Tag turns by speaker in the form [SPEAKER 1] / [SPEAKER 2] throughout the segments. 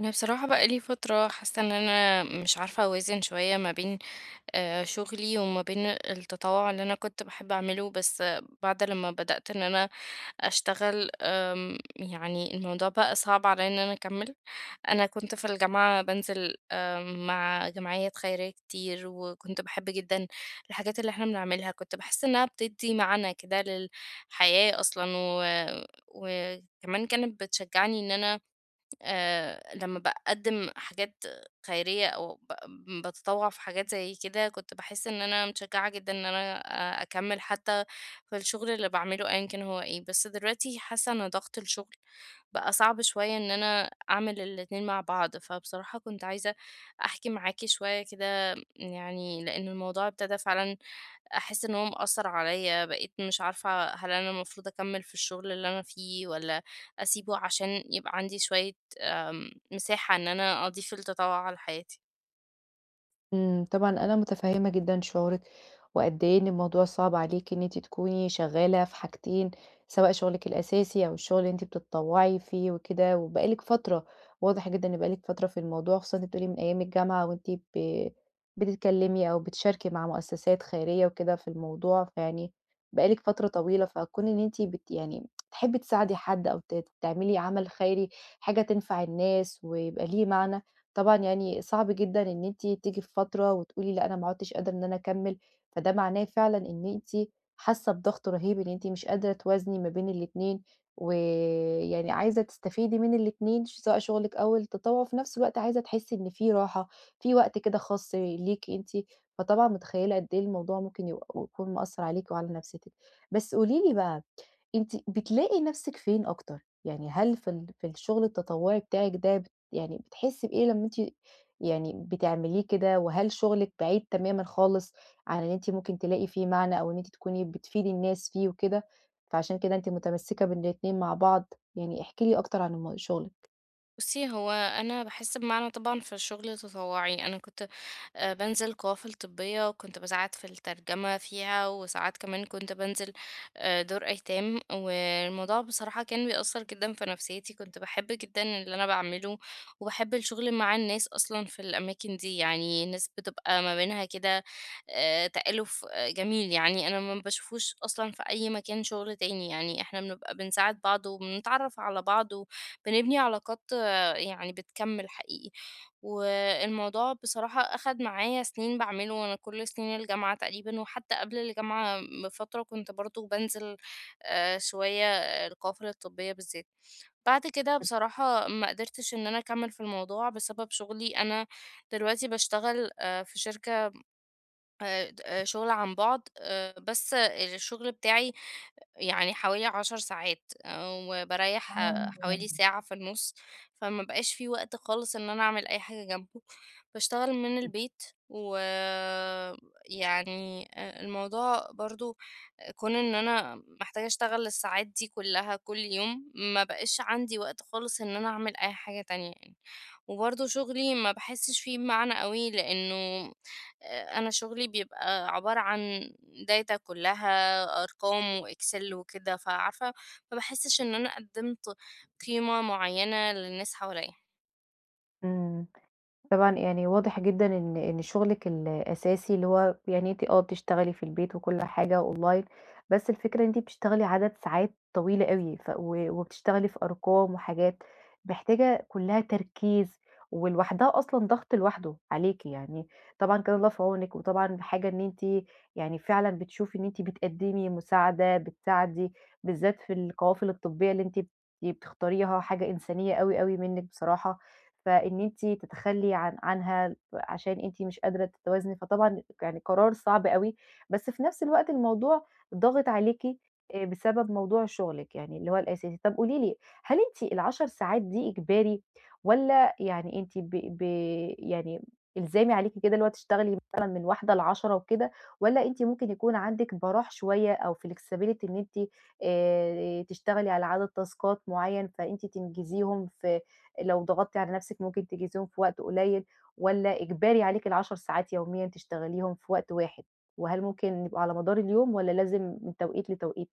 [SPEAKER 1] أنا بصراحة بقى لي فترة حاسة إن أنا مش عارفة أوازن شوية ما بين شغلي وما بين التطوع اللي أنا كنت بحب أعمله بس بعد لما بدأت إن أنا أشتغل يعني الموضوع بقى صعب عليا إن أنا أكمل. أنا كنت في الجامعة بنزل مع جمعيات خيرية كتير وكنت بحب جدا الحاجات اللي احنا بنعملها، كنت بحس إنها بتدي معنى كده للحياة أصلا وكمان كانت بتشجعني إن أنا لمّا باقدّم حاجات خيرية أو باتطوّع في حاجات زي كده، كنت باحس إن أنا متشجعة جدًا إن أنا أكمّل حتى في الشغل اللي باعمله أيًا كان هو إيه، بس دلوقتي حاسة إن ضغط الشغل بقى صعب شوية إن أنا أعمل الاتنين مع بعض، فبصراحة كنت عايزة أحكي معاكِ شوية كده يعني، لإن الموضوع ابتدى فعلًا أحس إن هو مأثّر عليَّ، بقيت مش عارفة هل أنا المفروض أكمّل في الشغل اللي أنا فيه والّا أسيبه عشان يبقى عندي شوية مساحة إن أنا أضيف التطوع على حياتي.
[SPEAKER 2] طبعًا أنا متفهمة جدًا شعورِك، وقد إيه إن الموضوع صعب عليكِ إن أنتِ تكوني شغالة في حاجتين، سواء شغلِك الأساسي أو الشغل اللي أنتِ بتتطوعي فيه وكده، وبقى لِك فترة، واضح جدًا إن بقى لِك فترة في الموضوع، خصوصًا أنتِ بتقولي من أيام الجامعة وأنتِ ب بتتكلمي أو بتشاركي مع مؤسسات خيرية وكده في الموضوع، فيعني بقى لِك فترة طويلة، فكون إن أنتِ يعني تحبي تساعدي حد أو تعملي عمل خيري، حاجة تنفع الناس ويبقى ليه معنى. طبعًا يعني صعب جدًا إن أنتِ تيجي في فترة وتقولي لأ أنا ما عُدتش قادرة إن أنا أكمّل، فده معناه فعلًا إن أنتِ حاسة بضغط رهيب إن أنتِ مش قادرة توازني ما بين الاتنين، ويعني عايزة تستفيدي من الاتنين سواء شغلِك أو التطوع، وفي نفس الوقت عايزة تحسي إن في راحة، في وقت كده خاص ليكِ أنتِ، فطبعًا متخيلة قد إيه الموضوع ممكن يبقى يكون مأثّر عليكِ وعلى نفسيتِك. بس قولي لي بقى، أنتِ بتلاقي نَفْسِك فين أكتر؟ يعني هل في الشغل التطوعي بتاعِك ده يعني بتحسّي بإيه لمّا أنتِ يعني بتعمليه كده، وهل شغلِك بعيد تمامًا خالص عن إن أنتِ ممكن تلاقي فيه معنى أو إن أنتِ تكوني بتفيدي الناس فيه وكده، فعشان كده أنتِ متمسّكة الاتنين مع بعض؟ يعني احكي لي أكتر عن شغلِك.
[SPEAKER 1] بُصّي، هو أنا باحس بمعنى طبعًا في الشغل التطوعي، أنا كنت بانزل قوافل طبية، وكنت باساعد في الترجمة فيها، وساعات كمان كنت بانزل دور أيتام، والموضوع بصراحة كان بيأثّر جدًا في نفسيتي، كنت باحب جدًا اللي أنا باعمله، وباحب الشغل مع الناس أصلًا في الأماكن دي، يعني الناس بتبقى ما بينها كده تآلُف جميل، يعني أنا ما باشوفوش أصلًا في أي مكان شغل تاني، يعني إحنا بنبقى بنساعد بعض، وبنتعرّف على بعض، وبنبني علاقات يعني بتكمل حقيقي. والموضوع بصراحة أخد معايا سنين بعمله، أنا كل سنين الجامعة تقريبا، وحتى قبل الجامعة بفترة كنت برضو بنزل شوية القوافل الطبية بالذات. بعد كده بصراحة ما قدرتش إن أنا أكمل في الموضوع بسبب شغلي. أنا دلوقتي بشتغل في شركة، شغل عن بعد، بس الشغل بتاعي يعني حوالي 10 ساعات، آه، وباريّح
[SPEAKER 2] آه.
[SPEAKER 1] حوالي ساعة في النُص، فما بقاش في وقت خالص إن أنا أعمل أي حاجة جنبه، باشتغل من البيت، ويعني الموضوع برضه كون إن أنا محتاجة أشتغل الساعات دي كلّها كل يوم، ما بقاش عندي وقت خالص إن أنا أعمل أي حاجة تانية يعني. وبرضه شغلي ما باحسّش فيه بمعنى أوي، لإنه أنا شغلي بيبقى عبارة عن data كلّها أرقام وexcel وكده، فعارفة ما باحسّش إن أنا قدّمت قيمة معيّنة للناس حواليّا.
[SPEAKER 2] إمم. طبعًا يعني واضح جدًا إن شغلِك الأساسي اللي هو يعني أنتِ بتشتغلي في البيت وكل حاجة أونلاين، بس الفكرة إن أنتِ بتشتغلي عدد ساعات طويلة أوي ف و وبتشتغلي في أرقام وحاجات محتاجة كلها تركيز، ولوحدها أصلًا ضغط لوحده عليكِ يعني، طبعًا كان الله في عونِك، وطبعًا حاجة إن أنتِ يعني فعلًا بتشوفي إن أنتِ بتقدمي مساعدة، بتساعدي بالذات في القوافل الطبية اللي أنتِ بتختاريها، حاجة إنسانية أوي، أوي منِك بصراحة. فإن أنتِ تتخلّي عنها عشان أنتِ مش قادرة تتوازني، فطبعًا يعني قرار صعب أوي، بس في نفس الوقت الموضوع ضاغط عليكِ بسبب موضوع شغلِك يعني اللي هو الأساسي. طب قولي لي، هل أنتِ ال10 ساعات دي إجباري والّا يعني أنتِ ب ب يعني إلزامي عليكِ كده اللي هو تشتغلي مثلًا من 13:00 ل22:00 وكده، والّا أنتِ ممكن يكون عندِك براح شوية أو flexibility إن أنتِ تشتغلي على عدد تاسكات معيّن فأنتِ تنجزيهم في، لو ضغطتِ على نفسِك ممكن تجهزيهم في وقت قليل، والّا إجباري عليكِ ال10 ساعات يوميًا تشتغليهم في وقت واحد؟ وهل ممكن يبقوا على مدار اليوم والّا لازم من توقيت لتوقيت؟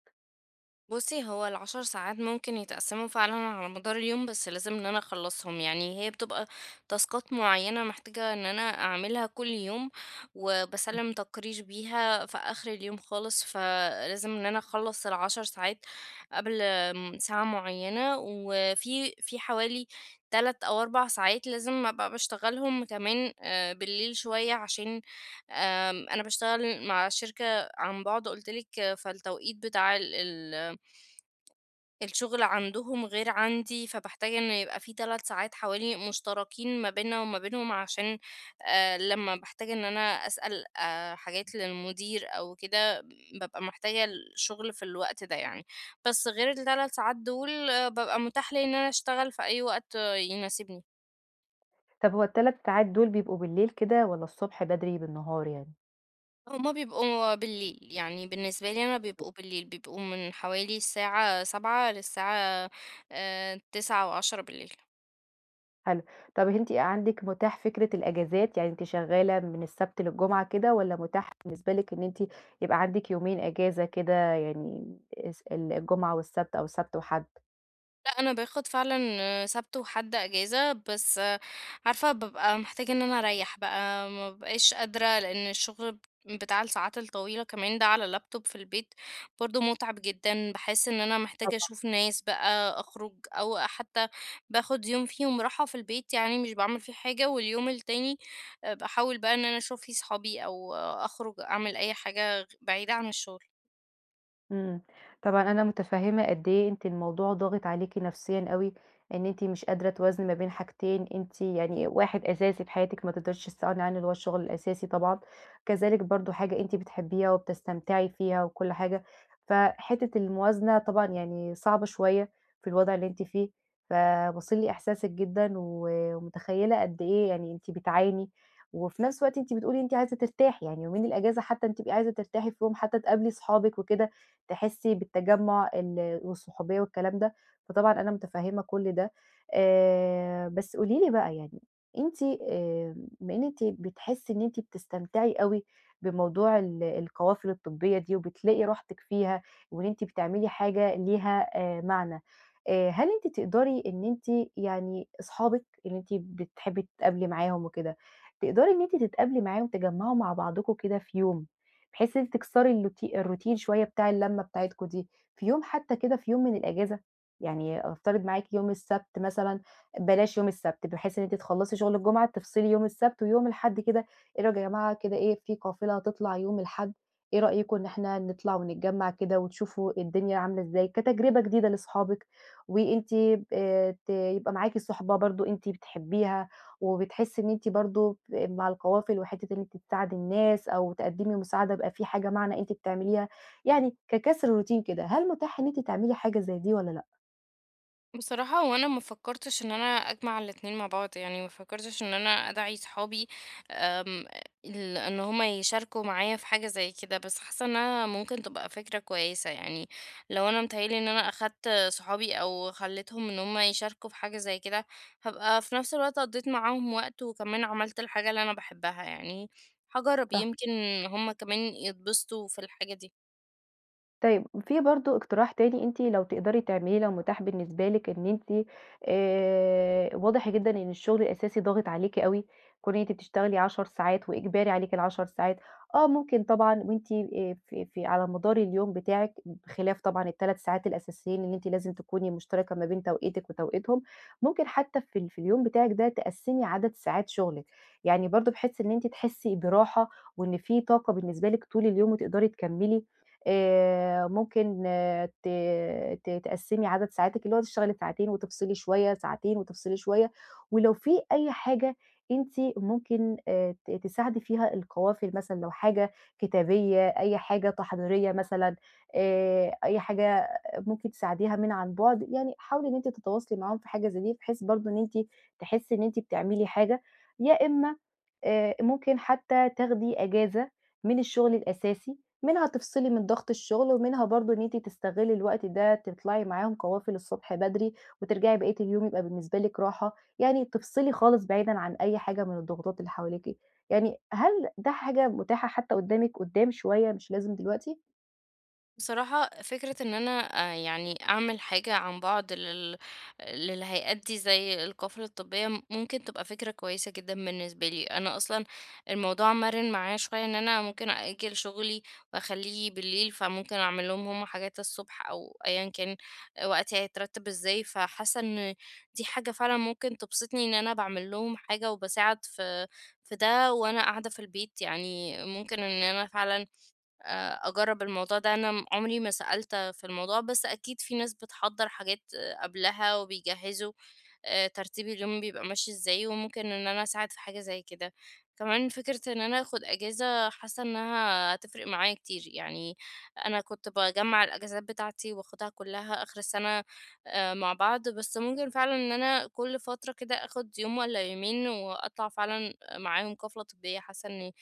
[SPEAKER 1] بُصّي، هو ال10 ساعات ممكن يتقسّموا فعلًا على مدار اليوم، بس لازم إن أنا أخلّصهم، يعني هي بتبقى تاسكات معيّنة محتاجة إن أنا أعملها كل يوم، وباسلّم تقرير بيها في آخر اليوم خالص، فلازم إن أنا أخلّص ال10 ساعات قبل ساعة معيّنة، وفي حوالي 3 أو 4 ساعات لازم أبقى باشتغلهم كمان بالليل شوية عشان أنا باشتغل مع شركة عن بُعد قُلت لِك، فالتوقيت بتاع ال الشغل عندهم غير عندي، فباحتاج إن يبقى في 3 ساعات حوالي مشتركين ما بيننا وما بينهم عشان لمّا باحتاج إن أنا أسأل حاجات للمدير أو كده، بابقى محتاجة الشغل في الوقت ده يعني. بس غير ال3 ساعات دول بابقى متاح ليّا إن أنا أشتغل في أي وقت يناسبني.
[SPEAKER 2] طب هو ال3 ساعات دول بيبقوا بالليل كده والّا الصبح بدري بالنهار يعني؟
[SPEAKER 1] هُم بيبقوا بالليل، يعني بالنسبة لي أنا بيبقوا بالليل، بيبقوا من حوالي الساعة 19:00 للساعة 21:00 أو 22:00.
[SPEAKER 2] حلو. طب أنتِ عندِك متاح فكرة الأجازات، يعني أنتِ شغالة من السبت للجمعة كده والّا متاح بالنسبة لِك إن أنتِ يبقى عندِك يومين إجازة كده يعني الجمعة والسبت أو السبت وحد؟
[SPEAKER 1] لأ، أنا باخد فعلًا سَبت وحد إجازة، بس عارفة بابقى محتاجة إن أنا أريّح بقى، ما بابقاش قادرة لإن الشغل بتاع الساعات الطويلة كمان ده على اللابتوب في البيت برضه مُتعب جدًا، باحس إن أنا محتاجة أشوف ناس بقى، أخرج أو حتى باخد يوم فيهم راحة في البيت، يعني مش باعمل فيه حاجة، واليوم التاني باحاول بقى إن أنا أشوف فيه صحابي أو أخرج أعمل أي حاجة بعيدة عن الشغل.
[SPEAKER 2] إمم، طبعًا أنا متفهمة قد إيه أنتِ الموضوع ضاغط عليكِ نفسيًا أوي، إن أنتِ مش قادرة توازني ما بين حاجتين، أنتِ يعني واحد أساسي في حياتِك ما تقدريش تستغني عنه اللي هو الشغل الأساسي طبعًا، كذلك برضه حاجة أنتِ بتحبيها وبتستمتعي فيها وكل حاجة، فحتة الموازنة طبعًا يعني صعبة شوية في الوضع اللي أنتِ فيه، فواصل لي إحساسِك جدًا، و ومتخيلة قد إيه يعني أنتِ بتعاني، وفي نفس الوقت أنتِ بتقولي أنتِ عايزة ترتاحي يعني يومين الأجازة حتى أنتِ بتبقي عايزة ترتاحي فيهم، حتى تقابلي صحابِك وكده، تحسي بالتجمُّع والصحوبية والكلام ده، فطبعًا أنا متفهّمة كل ده. بس قولي لي بقى يعني أنتِ، بما إن أنتِ بتحسّي إن أنتِ بتستمتعي أوي بموضوع القوافل الطبّية دي وبتلاقي راحتِك فيها وإن أنتِ بتعملي حاجة ليها معنى، هل أنتِ تقدري إن أنتِ يعني أصحابِك اللي أنتِ بتحبّي تتقابلي معاهم وكده، تقدري إن أنتِ تتقابلي معاهم تجمّعوا مع بعضكم كده في يوم بحيث إن أنتِ تكسري الروتين شوية بتاع اللمة بتاعتكم دي، في يوم حتى كده، في يوم من الأجازة، يعني أفترض معاكِ يوم السبت مثلًا، بلاش يوم السبت، بحيث إن أنتِ تخلّصي شغل الجمعة تفصلي يوم السبت ويوم الأحد كده، إيه رأيكم يا جماعة كده، إيه، في قافلة هتطلع يوم الأحد، إيه رأيكم إن إحنا نطلع ونتجمّع كده وتشوفوا الدنيا عاملة إزاي، كتجربة جديدة لأصحابِك، وأنتِ ت يبقى معاكِ صُحبة برضه أنتِ بتحبيها. وبتحسي إن أنتِ برضه مع القوافل وحتّة إن أنتِ تساعدي الناس أو تقدّمي مساعدة يبقى في حاجة معنى أنتِ بتعمليها، يعني ككسر روتين كده. هل متاح إن أنتِ تعملي حاجة زي دي والّا
[SPEAKER 1] بصراحة هو أنا ما فكرتش إن أنا أجمع الاتنين مع بعض، يعني ما فكرتش إن أنا أدعي صحابي أم، إن هما يشاركوا معايا في حاجة زي كده، بس حاسة إنها ممكن تبقى فكرة كويسة يعني. لو أنا متهيألي إن أنا أخدت صحابي أو خليتهم إن هما يشاركوا في حاجة زي كده، هبقى في نفس الوقت قضيت معاهم وقت وكمان عملت الحاجة اللي أنا بحبها يعني. هجرب
[SPEAKER 2] لأ؟
[SPEAKER 1] يمكن هما كمان يتبسطوا في الحاجة دي.
[SPEAKER 2] طيب في برضه اقتراح تاني أنتِ لو تقدري تعمليه لو متاح بالنسبة لِك إن أنتِ، واضح جدًا إن الشغل الأساسي ضاغط عليكِ أوي، كون إن أنتِ بتشتغلي 10 ساعات وإجباري عليكِ ال10 ساعات، ممكن طبعًا وأنتِ في على مدار اليوم بتاعِك بخلاف طبعًا ال3 ساعات الأساسيين اللي أنتِ لازم تكوني مشتركة ما بين توقيتِك وتوقيتهم، ممكن حتى في اليوم بتاعِك ده تقسّمي عدد ساعات شغلِك، يعني برضه بحيث إن أنتِ تحسي براحة وإن في طاقة بالنسبة لِك طول اليوم وتقدري تكمّلي، ممكن، آه، ت ت تقسّمي عدد ساعاتِك، اللي هو تشتغلي ساعتين وتفصلي شوية، ساعتين وتفصلي شوية، ولو في أي حاجة أنتِ ممكن ت تساعدي فيها القوافل مثلًا، لو حاجة كتابية، أي حاجة تحضيرية مثلًا، أي حاجة ممكن تساعديها من عن بُعد، يعني حاولي إن أنتِ تتواصلي معاهم في حاجة زي دي، بحيث برضه إن أنتِ تحسّي إن أنتِ بتعملي حاجة، يا إمّا ممكن حتى تاخدي إجازة من الشغل الأساسي، منها تفصلي من ضغط الشغل، ومنها برضه إن أنتِ تستغلّي الوقت ده تطلعي معاهم قوافل الصبح بدري، وترجعي بقية اليوم يبقى بالنسبة لِك راحة، يعني تفصلي خالص بعيدًا عن أي حاجة من الضغوطات اللي حواليكِ. يعني هل ده حاجة متاحة حتى قدّامِك قدّام شوية مش لازم دلوقتي؟
[SPEAKER 1] بصراحة فكرة ان انا يعني اعمل حاجة عن بعد للهيئات دي زي القافلة الطبية ممكن تبقى فكرة كويسة جدا بالنسبة لي. انا اصلا الموضوع مرن معايا شوية ان انا ممكن اجل شغلي واخليه بالليل، فممكن اعمل لهم هم حاجات الصبح او ايا كان وقتي هيترتب ازاي. فحاسة ان دي حاجة فعلا ممكن تبسطني، ان انا بعمل لهم حاجة وبساعد في ده وانا قاعدة في البيت، يعني ممكن ان انا فعلا أجرّب الموضوع ده. أنا عمري ما سألت في الموضوع، بس أكيد في ناس بتحضّر حاجات قبلها وبيجهّزوا ترتيب اليوم بيبقى ماشي إزاي، وممكن إن أنا أساعد في حاجة زي كده. كمان فكرة إن أنا آخُد إجازة حاسة إنها هتفرق معايا كتير، يعني أنا كنت باجمّع الأجازات بتاعتي وآخُدها كُلّها آخِر السَنة مع بعض، بس ممكن فعلًا إن أنا كل فترة كده آخُد يوم والّا يومين وأطلع فعلًا معاهم كَفْلة طبية، حاسة إني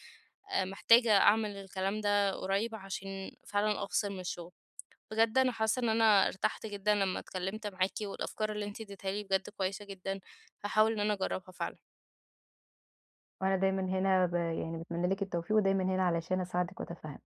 [SPEAKER 1] محتاجة أعمل الكلام ده قريب عشان فعلًا أفصل من الشغل. بجد أنا حاسة إن أنا ارتحت جدًا لمّا اتكلمت معاكِ، والأفكار اللي أنتِ اديتيها لي بجد كويسة جدًا، هاحاول إن أنا أجربها فعلًا.
[SPEAKER 2] وأنا دايمًا هنا، يعني باتمنى لِك التوفيق ودايمًا هنا علشان أساعدِك وأتفهم